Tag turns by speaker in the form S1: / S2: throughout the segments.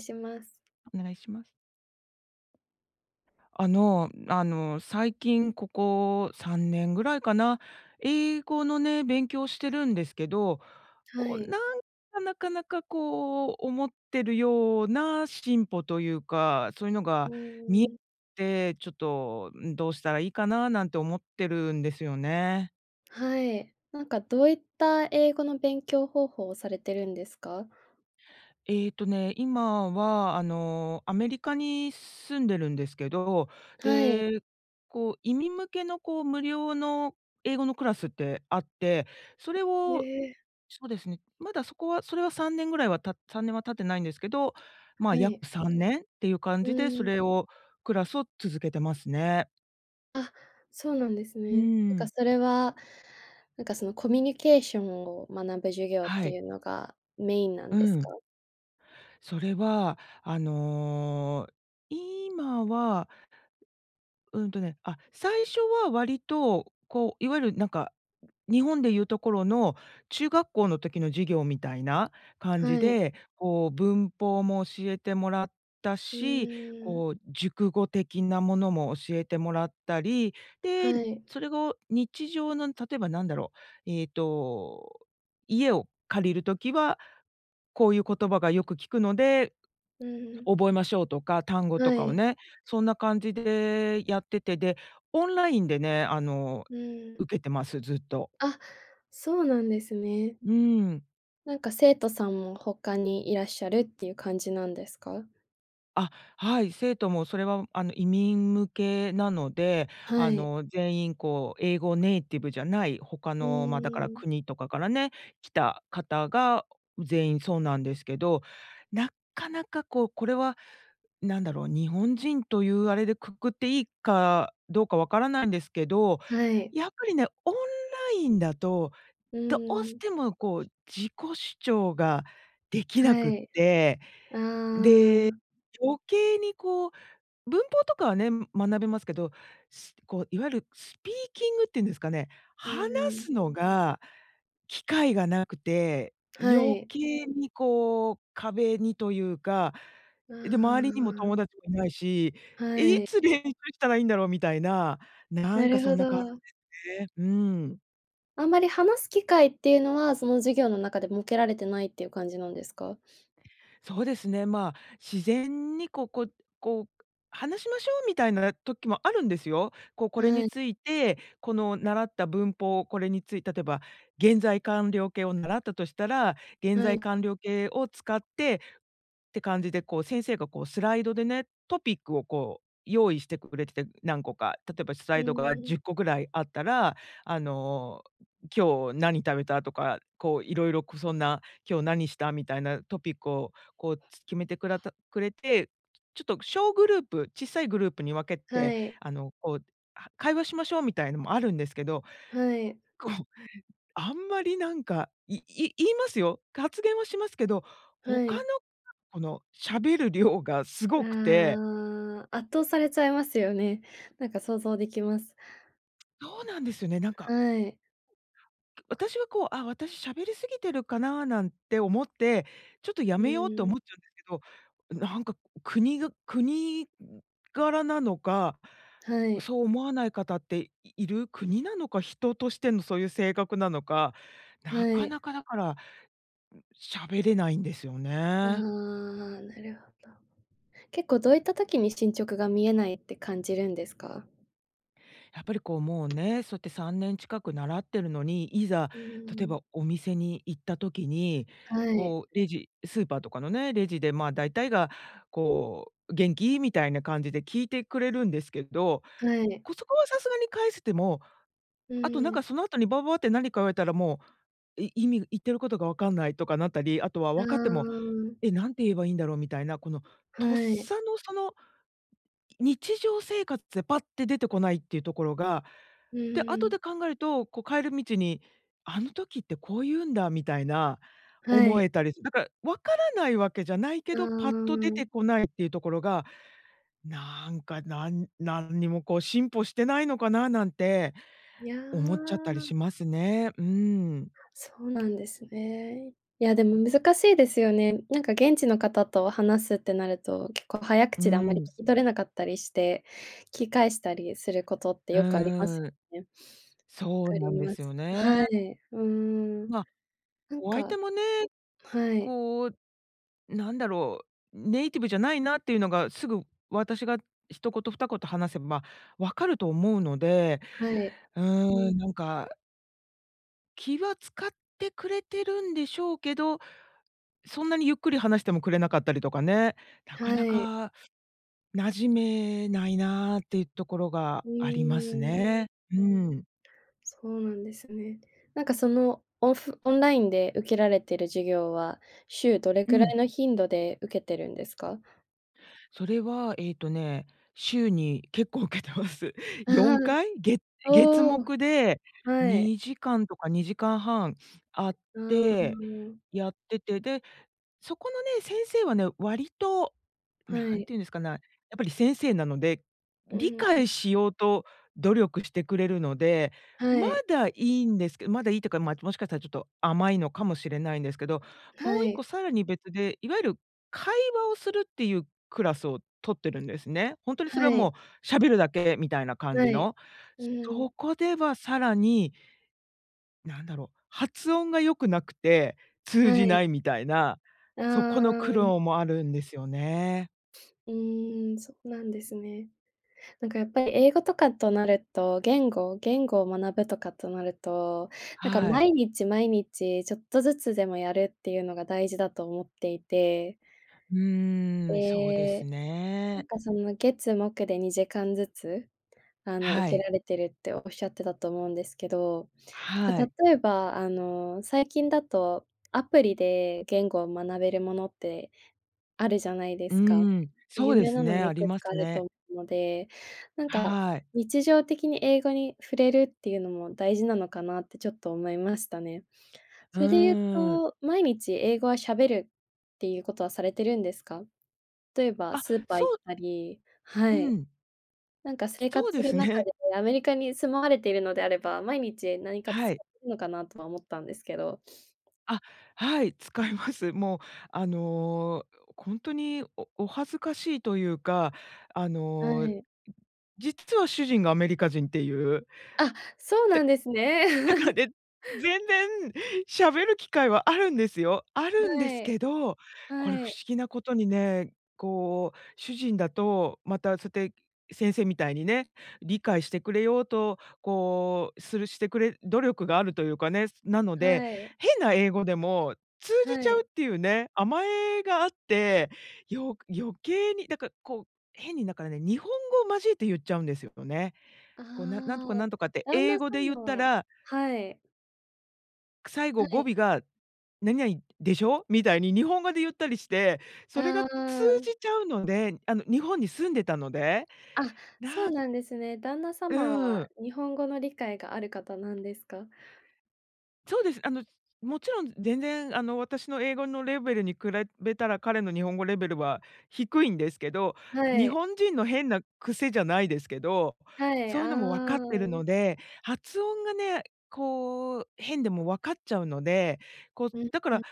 S1: します。
S2: お願いします。最近ここ3年ぐらいかな、英語のね、勉強してるんですけど、
S1: は
S2: こう、
S1: い。
S2: なんか、なかなかこう思ってるような進歩というか、そういうの
S1: う
S2: が見え
S1: ん、
S2: て、ちょっと、どうしたらいいかななんて思ってるんですよね。
S1: はい。なんかどういった英語の勉強方法をされてるんですか？
S2: ね、今は、アメリカに住んでるんですけど、
S1: はい。
S2: で、こう、移民向けの、こう、無料の英語のクラスってあって、それを
S1: ええ、
S2: そうですね、まだそれは3年ぐらいは3年は経ってないんですけど、
S1: は
S2: 約
S1: い。
S2: 3年っていう感
S1: う
S2: じで、そ
S1: ん。
S2: れをクラスを続けてますね。
S1: あ、そうなんです
S2: う
S1: ね。なんか
S2: ん。
S1: それは、なんかそのコミュニケーションを学ぶ授業っ
S2: は
S1: て
S2: い。
S1: いうのがメインなん
S2: う
S1: です
S2: ん。
S1: か？
S2: それは、今はね、あ、最初は割と、こう、いわゆるなんか、日本でいうところの中学校の時の授業みたいな感じ
S1: はい。
S2: で、こう、文法も教えてもらった
S1: う
S2: し、
S1: ーん。
S2: こう、熟語的なものも教えてもらったり、で、
S1: はい。
S2: それを日常の例えばなんだろう、家を借りる時は、こういう言葉がよく聞くので、
S1: うん。
S2: 覚えましょうとか、単語と
S1: は
S2: かを
S1: い。
S2: ね、そんな感じでやってて、で、オンラインでね、
S1: うん。
S2: 受けてます、ずっと。
S1: あ、そうなんですね。
S2: うん。
S1: なんか生徒さんも他にいらっしゃるっていう感じなんですか？
S2: あ、はい、生徒もそれは、移民向けなので、
S1: はい。
S2: 全員こう英語ネイティブじゃない他
S1: う
S2: の、まあ、だから
S1: ーん、
S2: 国とかからね、来た方が全員そうなんですけど、なかなかこう、これはなんだろう、日本人というあれでくくっていいかどうかわからないんですけど、
S1: はい。
S2: やっぱりね、オンラインだと、
S1: う
S2: どうし
S1: ーん、
S2: てもこう自己主張ができな
S1: は
S2: くっ
S1: い。
S2: て、
S1: ああ、う
S2: 余計にこう文法とかはね、学べますけど、こういわゆるスピーキングっていうんですかね、
S1: ー
S2: 話
S1: ん、
S2: すのが機会がなくて、
S1: は
S2: 余
S1: い。
S2: 計にこう壁にというか、で、周りに
S1: あ
S2: も友達もいないし、
S1: あ、は
S2: い
S1: い。
S2: つ練習したらいいんだろうみたいな、な
S1: な
S2: んか
S1: る
S2: そ
S1: ほ
S2: んな感
S1: ど。
S2: じで、うん。
S1: あんまり話す機会っていうのは、その授業の中で設けられてないっていう感じなんですか？
S2: そうですね、まあ、自然にこう話しましょうみたいな時もあるんですよ。こうこれ
S1: は
S2: に
S1: い、
S2: ついて、この習った文法、これについて例えば現在完了形を習ったとしたら、現
S1: は
S2: 在
S1: い。
S2: 完了形を使ってって感じで、こう先生がこうスライドでね、トピックをこう用意してくれてて、何個か、例えばスラ
S1: う
S2: イドが
S1: ーん、
S2: 10個ぐらいあったら、あの、今日何食べたとか、こういろいろ、そんな、今日何したみたいなトピックをこう、決めてくらたくれて、ちょっと小さいグループに分け
S1: は
S2: て、
S1: い、
S2: こう、会話しましょうみたいのもあるんですけど、
S1: はい、
S2: こう、あんまりなんか、言いますよ。発言はしますけど、
S1: は
S2: 他の、
S1: い。
S2: この喋る量がすごくて、
S1: ああ、圧倒されちゃいますよね。なんか想像できます。
S2: そうなんですよね、なんか
S1: はい。
S2: 私はこう、あ、私喋り過ぎてるかななんて思って、ちょっとや
S1: う
S2: めようって
S1: ーん、
S2: 思っちゃうんですけど、なんか国柄なのか、
S1: はい、
S2: そう思わない方っている国なのか、人としてのそういう性格なのか、な
S1: は
S2: か
S1: い。
S2: なかだから喋れないんですよ
S1: ああ、
S2: ね。
S1: なるほど。結構どういった時に進捗が見えないって感じるんですか？
S2: やっぱりこうもうね、そうやって3年近く習ってるのに、いざ
S1: うー
S2: 例えば
S1: ん。
S2: お店に行った時に、
S1: はい、
S2: こうスーパーとかのね、レジでまあ大体がこう「元気？」みたいな感じで聞いてくれるんですけど、
S1: はい。
S2: そこはさすがに返せても、
S1: う
S2: あとなん
S1: ーん。
S2: かその後にバババって何か言われたらもう、意味言ってることが分かんないとかなったり、あとは
S1: あ
S2: 分かっても
S1: あ、
S2: 「え、何て言えばいいんだろう」みたいな、このとっ
S1: はい。
S2: さのその日常生活でパッて出てこないっていうところが、
S1: う
S2: で、
S1: ー
S2: 後
S1: ん。
S2: で考えると、こう帰る道に、あの時ってこう言うんだみたいな
S1: は
S2: 思
S1: い。
S2: えたりす、だからわからないわけじゃないけ
S1: ああ、
S2: ど、パッと出てこないっていうところが、なんか、なんにもこう進歩してないのかななんて
S1: いや、
S2: 思っちゃったりしますね。うん。
S1: そうなんですね。いや、でも難しいですよね。なんか現地の方と話すってなると、結構早
S2: う
S1: 口であんまり聞
S2: ん。
S1: き取れなかったりして、聞き返したりすることって
S2: う
S1: よくあります
S2: んうん。
S1: よね。わ
S2: そう
S1: か
S2: な
S1: り
S2: んで
S1: ま
S2: すよ
S1: す。
S2: ね。
S1: はい、うーん。
S2: まあ、
S1: なん
S2: お相
S1: か、
S2: 手もね、
S1: はい、
S2: こうなんだろう、ネイティブじゃないなっていうのが、すぐ私が一言二言話せばわかると思うので、
S1: はい。
S2: うなんか気は使ってくれてるんでしょうけど、そんなにゆっくり話してもくれなかったりとかね、なか
S1: は
S2: な
S1: い。
S2: か馴染めないなっていうところが
S1: う
S2: あります
S1: ーん、
S2: ね。うん。
S1: そうなんですね。なんかそのオンラインで受けられてる授業は、週どれ
S2: う
S1: くら
S2: ん。
S1: いの頻度で受けてるんですか？
S2: それは、ね、週に結構受けてます。
S1: あ
S2: 4回、
S1: あ、
S2: 月
S1: おお、
S2: 木で
S1: はい。
S2: 2時間とか2時間半あっ
S1: ああ、
S2: て、やってて、で、そこのね、先生はね、割と、
S1: は
S2: ん
S1: い。
S2: ていうんですかねやっぱり先生なので、
S1: う
S2: 理
S1: ん、ん、
S2: 解しようと努力してくれるので、
S1: は
S2: ま
S1: い。
S2: だいいんですけどまだいいというか、まあ、もしかしたらちょっと甘いのかもしれないんですけど、
S1: は
S2: もう一
S1: い。
S2: 個さらに別で、いわゆる会話をするっていうクラスを取ってるんですね。ほんとにそれ
S1: は
S2: はも
S1: い。
S2: う喋るだけみたいな感
S1: は
S2: じ
S1: い。
S2: の。
S1: うん、
S2: そこではさらに、なんだろう、発音が良くなくて通
S1: は
S2: じ
S1: い。
S2: ないみたいな、そ
S1: あ
S2: この苦
S1: あ、
S2: 労もあるんですよね。
S1: うーん、そうなんですね。なんかやっぱり英語とかとなると、言語を学ぶとかとなると、なんか
S2: はい。
S1: 毎日毎日ちょっとずつでもやるっていうのが大事だと思っていて、
S2: うーん、そうです
S1: で、な
S2: ね。
S1: んかその月木で2時間ずつ
S2: は
S1: 受けら
S2: い。
S1: れてるっておっしゃってたと思うんですけど、
S2: は
S1: なん
S2: い。
S1: か例えば、最近だとアプリで言語を学べるものってあるじゃないで
S2: うー
S1: すか。
S2: ん、そ
S1: 有
S2: うで
S1: 名
S2: す
S1: なの
S2: ね、
S1: も
S2: あ
S1: い
S2: り
S1: くつ
S2: ま
S1: かあ
S2: す
S1: ると
S2: ね。
S1: 思うので、なんか
S2: はい。
S1: 日常的に英語に触れるっていうのも大事なのかなってちょっと思いましたね。
S2: う
S1: それで言う
S2: ーん。
S1: と、毎日英語は喋るっていうことはされてるんですか？例えば
S2: あ、
S1: スーパー
S2: そ
S1: 行っ
S2: う、
S1: たり、は
S2: う
S1: い。
S2: ん、
S1: なんか生活
S2: そう
S1: す
S2: で
S1: る
S2: す
S1: 中
S2: ね。
S1: で、アメリカに住まわれているのであれば、毎日何かと
S2: は
S1: 使
S2: い。
S1: ってるのかなとは思ったんですけど。
S2: あ、はい、使います。もう、あの、ほんにお恥ずかしいというか、あ
S1: は
S2: の、
S1: い。
S2: 実は主人がアメリカ人っていう
S1: あ、そうなんですね。
S2: だからね、全然喋る機会はあるんですよ。あるんで
S1: は
S2: す
S1: い。
S2: けど、これ不
S1: はい。
S2: 思議なことにね、こう、主人だと、またそうやって先生みたいにね、理解してくれようと、こう、してくれ努力があるというかね、なので、
S1: はい。
S2: 変な英語でも通じ
S1: は
S2: ちゃう
S1: い。
S2: っていうね、甘えがあって、余計に、だからこう、変にだからね、日本語を交えて言っちゃうんですよね。
S1: あ
S2: こう、なんとか
S1: あ、
S2: なんとかって
S1: 旦
S2: 英
S1: 那
S2: 語で言っ
S1: 様
S2: た
S1: は、
S2: ら
S1: はい。
S2: 最
S1: は
S2: 後語
S1: い。
S2: 尾が「何々でしょ？」みたいに日本語で言ったりして、それが
S1: あ
S2: 通じ
S1: あ。
S2: ちゃうので、日本に住んでたので、
S1: あ、そう
S2: な
S1: なんですね。旦那様
S2: う
S1: は
S2: ん、
S1: 日本語の理解がある方なんですか？
S2: そうです。もちろん全然、私の英語のレベルに比べたら、彼の日本語レベルは低いんですけど、
S1: は
S2: 日
S1: い。
S2: 本人の変な癖じゃないですけど、
S1: はい、
S2: そうい
S1: あ
S2: うのも分かっ
S1: あ。
S2: てるので、発音がね、こう、変でも分かっちゃうので、こう、
S1: うん、
S2: だか
S1: うん。
S2: ら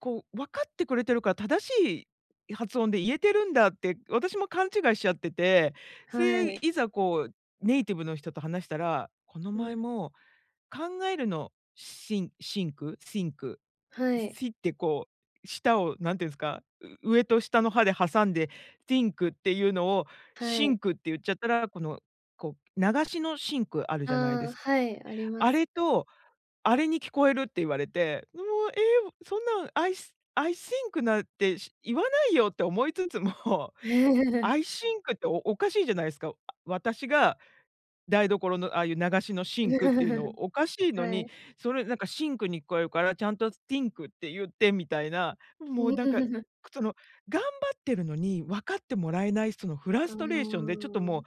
S2: こう、分かってくれてるから正しい発音で言えてるんだって、私も勘違いしちゃってて、そ
S1: は
S2: れ、
S1: い。
S2: いざこう、ネイティブの人と話したら、この
S1: うん、
S2: 前も考えるのシンク、
S1: はい。
S2: ってこう、舌をなんていうんですか、上と下の歯で挟んで、シンクっていうのを
S1: は
S2: シ
S1: い。
S2: ンクって言っちゃったら、この、こう、流しのシンクある
S1: あ
S2: じゃないで
S1: あ、
S2: すか
S1: はい、ありま
S2: あ
S1: す。
S2: れとあれに聞こえるって言われて、もう、えそんなん、アイシンクなんて言わないよって思いつつも、アイシンクっておかしいじゃないですか。あ、私が台所のああいう流しのシンクっていうの おかしいの
S1: は
S2: に、
S1: い。
S2: それなんかシンクに聞こえるからちゃんとスティンクって言ってみたいな、もうなんか、その、頑張ってるのに分かってもらえないそのフ
S1: あ
S2: ラストレーションで
S1: あ、
S2: ちょっとも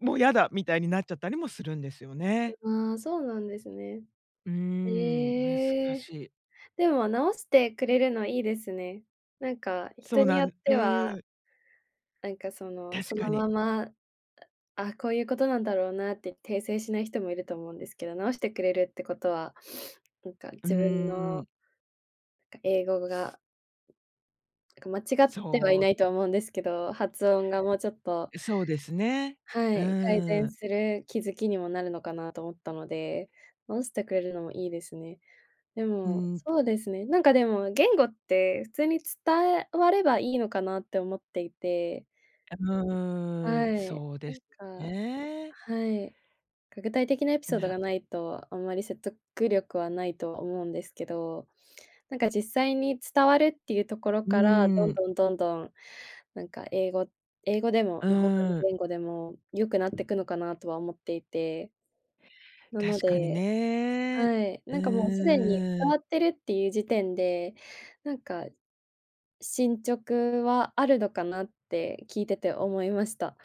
S2: う、もうやだみたいになっちゃったりもするんですよね。
S1: ああ、そうなんですね。
S2: うーん、難
S1: え
S2: し
S1: え。
S2: い。
S1: でも直してくれるのいいですね。なんか、
S2: そ
S1: 人
S2: う
S1: に
S2: な
S1: よ
S2: ん
S1: っ
S2: う
S1: ては、
S2: ーん、
S1: なんかその、
S2: 確
S1: そ
S2: か
S1: の
S2: に。
S1: まま、あ、こういうことなんだろうなって訂正しない人もいると思うんですけど、直してくれるってことは、なんか
S2: うー
S1: 自分の、
S2: ん。
S1: なんか英語が、なんか間違ってはい
S2: そ
S1: な
S2: う、
S1: いとは思うんですけど、発音がもうちょっと、
S2: そうですね。
S1: は
S2: う
S1: い、改
S2: ー
S1: 善
S2: ん。
S1: する気づきにもなるのかなと思ったので、直してくれるのもいいですね。で
S2: う
S1: も、
S2: ん、う
S1: そうですね、なんかでも、言語って普通に伝わればいいのかなって思っていて、
S2: ー
S1: は
S2: ん、
S1: い、
S2: そう
S1: な
S2: で
S1: ん
S2: す
S1: か、
S2: ね。
S1: はい。具体的なエピソード
S2: な
S1: がないと、あんまり説得力はないとは思うんですけど、なんか実際に伝わるっていうところ
S2: う
S1: から、どん
S2: ーん、
S1: どんどんどん、なんか英語でも、
S2: う
S1: ま、他の
S2: ーん、
S1: 言語でも良くなってくのかなとは思っていて、なの
S2: 確かに
S1: で、
S2: ね。
S1: はい、
S2: う
S1: なんかもうすでに伝
S2: ー
S1: わ
S2: ん、
S1: ってるっていう時点で、なんか進捗はあるのかなって聞いてて思いました。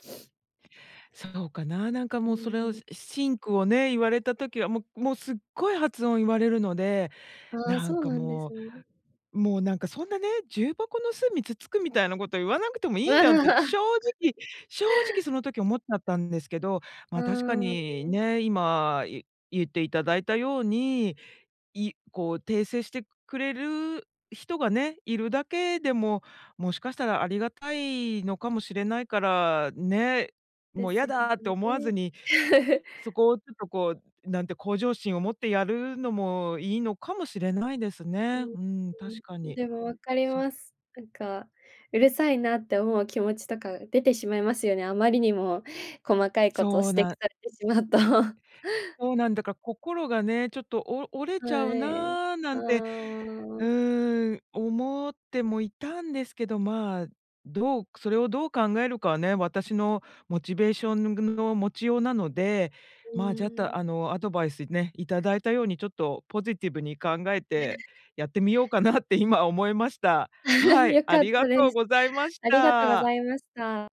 S2: そうかな、なんか
S1: う
S2: もうそれを
S1: ーん。
S2: しシンクをね、言われた時は、もうすっごい発音言われるので、
S1: ああ、
S2: なん
S1: そう
S2: か
S1: なんです
S2: も
S1: ね。
S2: うもうなんかそんなね、重箱の隅つつくみたいなこと言わなくてもいいじゃんって直正直その時思っちゃったんですけど、
S1: う
S2: まあ、確か
S1: ーん。
S2: にね、今言っていただいたように、こう訂正してくれる人がね、いるだけでも、もしかしたらありがたいのかもしれないから、ね、
S1: で
S2: もう
S1: す
S2: 嫌
S1: よ
S2: だって思わずに、
S1: ね。
S2: そこをちょっとこう、なんて向上心を持ってやるのもいいのかもしれないです
S1: う
S2: ね。
S1: ん、
S2: うん、確かに。
S1: でも分かります。なんか、うるさいなって思う気持ちとか出てしまいますよね。あまりにも細かいことを
S2: そ
S1: 指
S2: う
S1: 摘
S2: なん
S1: されてしまうと。
S2: そうなんだから心がね、ちょっと折れ
S1: は
S2: ちゃう
S1: い。
S2: なな
S1: あ
S2: んて、
S1: あ、
S2: う
S1: う
S2: ーん、思ってもいたんですけど、まあ、それをどう考えるかはね、私のモチベーションの持ちようなので、まあ、じゃた
S1: ん。
S2: あの、アドバイスね、いただいたようにちょっとポジティブに考えてやってみようかなって今思いました。はい、
S1: 良
S2: あ
S1: かっ
S2: り
S1: た
S2: が
S1: で
S2: とう
S1: す。
S2: ございまし
S1: ありがとうご
S2: た。
S1: ざいました。